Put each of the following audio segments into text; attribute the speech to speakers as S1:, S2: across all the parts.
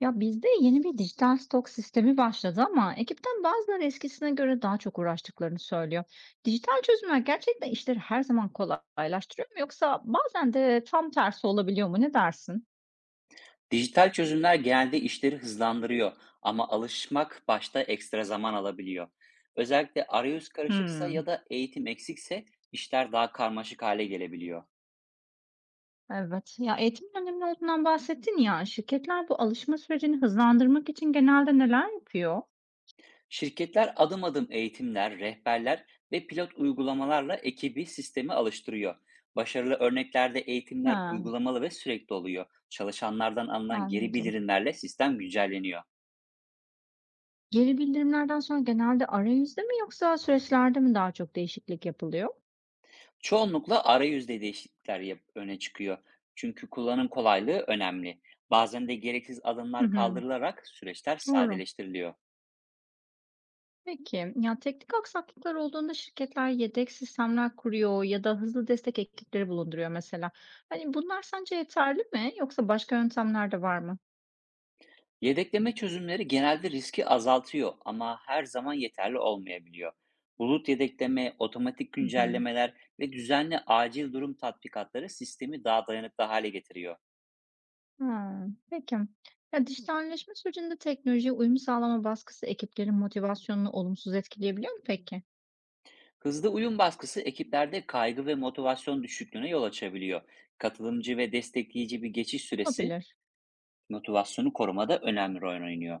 S1: Ya bizde yeni bir dijital stok sistemi başladı ama ekipten bazıları eskisine göre daha çok uğraştıklarını söylüyor. Dijital çözümler gerçekten işleri her zaman kolaylaştırıyor mu yoksa bazen de tam tersi olabiliyor mu? Ne dersin?
S2: Dijital çözümler genelde işleri hızlandırıyor ama alışmak başta ekstra zaman alabiliyor. Özellikle arayüz karışıksa
S1: Hmm,
S2: ya da eğitim eksikse işler daha karmaşık hale gelebiliyor.
S1: evet. Ya eğitimin önemli olduğundan bahsettin ya. Şirketler bu alışma sürecini hızlandırmak için genelde neler yapıyor?
S2: Şirketler adım adım eğitimler, rehberler ve pilot uygulamalarla ekibi sistemi alıştırıyor. Başarılı örneklerde eğitimler
S1: Ha,
S2: uygulamalı ve sürekli oluyor. Çalışanlardan alınan geri
S1: anladım.
S2: bildirimlerle sistem güncelleniyor.
S1: Geri bildirimlerden sonra genelde arayüzde mi yoksa süreçlerde mi daha çok değişiklik yapılıyor?
S2: Çoğunlukla arayüzde değişiklikler öne çıkıyor. Çünkü kullanım kolaylığı önemli. Bazen de gereksiz
S1: Hı
S2: adımlar
S1: hı,
S2: kaldırılarak süreçler
S1: doğru.
S2: sadeleştiriliyor.
S1: Peki, ya teknik aksaklıklar olduğunda şirketler yedek sistemler kuruyor ya da hızlı destek ekipleri bulunduruyor mesela. Hani bunlar sence yeterli mi yoksa başka yöntemler de var mı?
S2: Yedekleme çözümleri genelde riski azaltıyor ama her zaman yeterli olmayabiliyor. Bulut yedekleme, otomatik
S1: Hı hı.
S2: güncellemeler ve düzenli acil durum tatbikatları sistemi daha dayanıklı hale getiriyor.
S1: Ha, peki. Ya dijitalleşme sürecinde teknolojiye uyum sağlama baskısı ekiplerin motivasyonunu olumsuz etkileyebiliyor mu peki?
S2: Hızlı uyum baskısı ekiplerde kaygı ve motivasyon düşüklüğüne yol açabiliyor. Katılımcı ve destekleyici bir geçiş süresi
S1: Olabilir.
S2: motivasyonu korumada önemli rol oynuyor.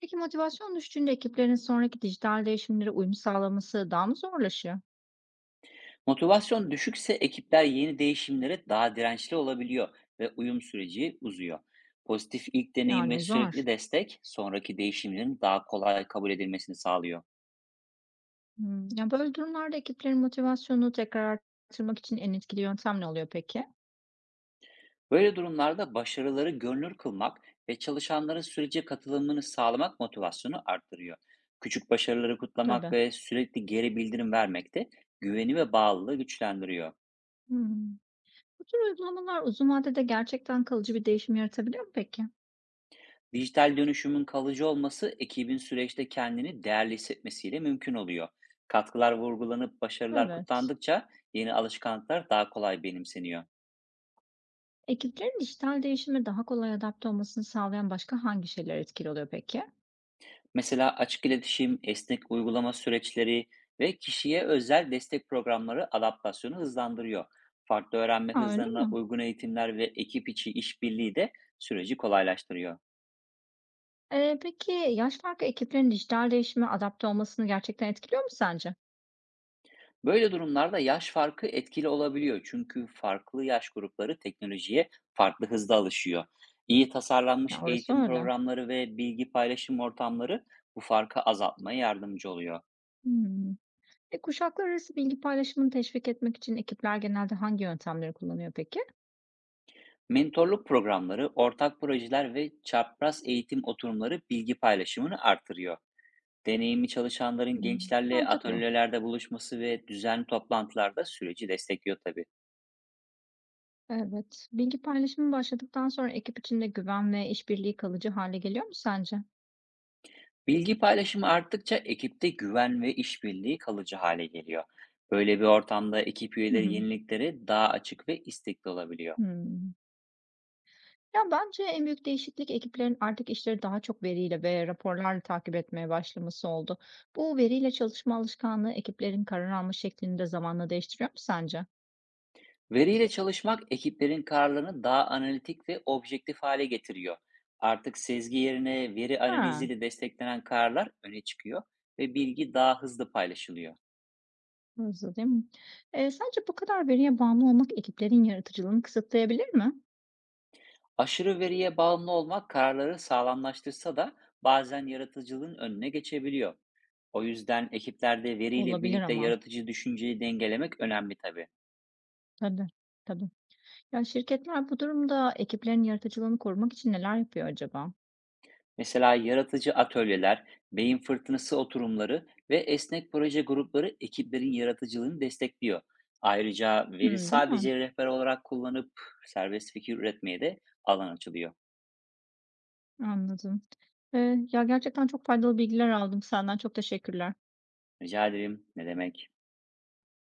S1: Peki motivasyon düşünce ekiplerin sonraki dijital değişimlere uyum sağlaması daha mı zorlaşıyor?
S2: Motivasyon düşükse ekipler yeni değişimlere daha dirençli olabiliyor ve uyum süreci uzuyor. Pozitif ilk deneyim
S1: Yani
S2: ve
S1: uzar.
S2: sürekli destek sonraki değişimlerin daha kolay kabul edilmesini sağlıyor.
S1: Hımm. Ya, böyle durumlarda ekiplerin motivasyonunu tekrar arttırmak için en etkili yöntem ne oluyor peki?
S2: Böyle durumlarda başarıları görünür kılmak ve çalışanların sürece katılımını sağlamak motivasyonu arttırıyor. Küçük başarıları kutlamak
S1: Tabii.
S2: ve sürekli geri bildirim vermek de güveni ve bağlılığı güçlendiriyor.
S1: Hımm. Bu tür uygulamalar uzun vadede gerçekten kalıcı bir değişim yaratabiliyor mu peki?
S2: Dijital dönüşümün kalıcı olması ekibin süreçte kendini değerli hissetmesiyle mümkün oluyor. Katkılar vurgulanıp başarılar
S1: Evet.
S2: kutlandıkça yeni alışkanlıklar daha kolay benimseniyor.
S1: Ekiplerin dijital değişime daha kolay adapte olmasını sağlayan başka hangi şeyler etkili oluyor peki?
S2: Mesela açık iletişim, esnek uygulama süreçleri ve kişiye özel destek programları adaptasyonu hızlandırıyor. Farklı öğrenme
S1: A, öyle
S2: hızlarına
S1: mi?
S2: uygun eğitimler ve ekip içi işbirliği de süreci kolaylaştırıyor.
S1: Peki yaş farkı ekiplerin dijital değişime adapte olmasını gerçekten etkiliyor mu sence?
S2: Böyle durumlarda yaş farkı etkili olabiliyor çünkü farklı yaş grupları teknolojiye farklı hızda alışıyor. İyi
S1: Ya,
S2: tasarlanmış
S1: orası
S2: eğitim
S1: öyle.
S2: programları ve bilgi paylaşım ortamları bu farkı azaltmaya yardımcı oluyor.
S1: Hımm. E, kuşaklar arası bilgi paylaşımını teşvik etmek için ekipler genelde hangi yöntemleri kullanıyor peki?
S2: Mentorluk programları, ortak projeler ve çapraz eğitim oturumları bilgi paylaşımını artırıyor. Deneyimli çalışanların
S1: Hımm.
S2: gençlerle
S1: Mantıklı.
S2: atölyelerde buluşması ve düzenli toplantılarda süreci destekliyor tabii.
S1: Evet. Bilgi paylaşımı başladıktan sonra ekip içinde güven ve işbirliği kalıcı hale geliyor mu sence?
S2: Bilgi paylaşımı arttıkça ekipte güven ve işbirliği kalıcı hale geliyor. Böyle bir ortamda ekip
S1: Hı
S2: üyeleri
S1: hı.
S2: yeniliklere daha açık ve istekli olabiliyor.
S1: Hımm. Ya, bence en büyük değişiklik ekiplerin artık işleri daha çok veriyle ve raporlarla takip etmeye başlaması oldu. Bu veriyle çalışma alışkanlığı ekiplerin karar alma şeklini de zamanla değiştiriyor mu sence?
S2: Veriyle çalışmak ekiplerin kararlarını daha analitik ve objektif hale getiriyor. Artık sezgi yerine veri
S1: Ha,
S2: analiziyle desteklenen kararlar öne çıkıyor ve bilgi daha hızlı paylaşılıyor.
S1: hızlı değil mi? Sence bu kadar veriye bağımlı olmak ekiplerin yaratıcılığını kısıtlayabilir mi?
S2: Aşırı veriye bağımlı olmak kararları sağlamlaştırsa da bazen yaratıcılığın önüne geçebiliyor. O yüzden ekiplerde veriyle
S1: Olabilir
S2: birlikte
S1: ama.
S2: yaratıcı düşünceyi dengelemek önemli tabii.
S1: Tabii, tabii. Ya, şirketler bu durumda ekiplerin yaratıcılığını korumak için neler yapıyor acaba?
S2: Mesela yaratıcı atölyeler, beyin fırtınası oturumları ve esnek proje grupları ekiplerin yaratıcılığını destekliyor. Ayrıca veri
S1: Hımm, değil mi?
S2: sadece rehber olarak kullanıp serbest fikir üretmeye de alan açılıyor.
S1: Anladım. Ya, gerçekten çok faydalı bilgiler aldım senden. Çok teşekkürler.
S2: Rica ederim. Ne demek?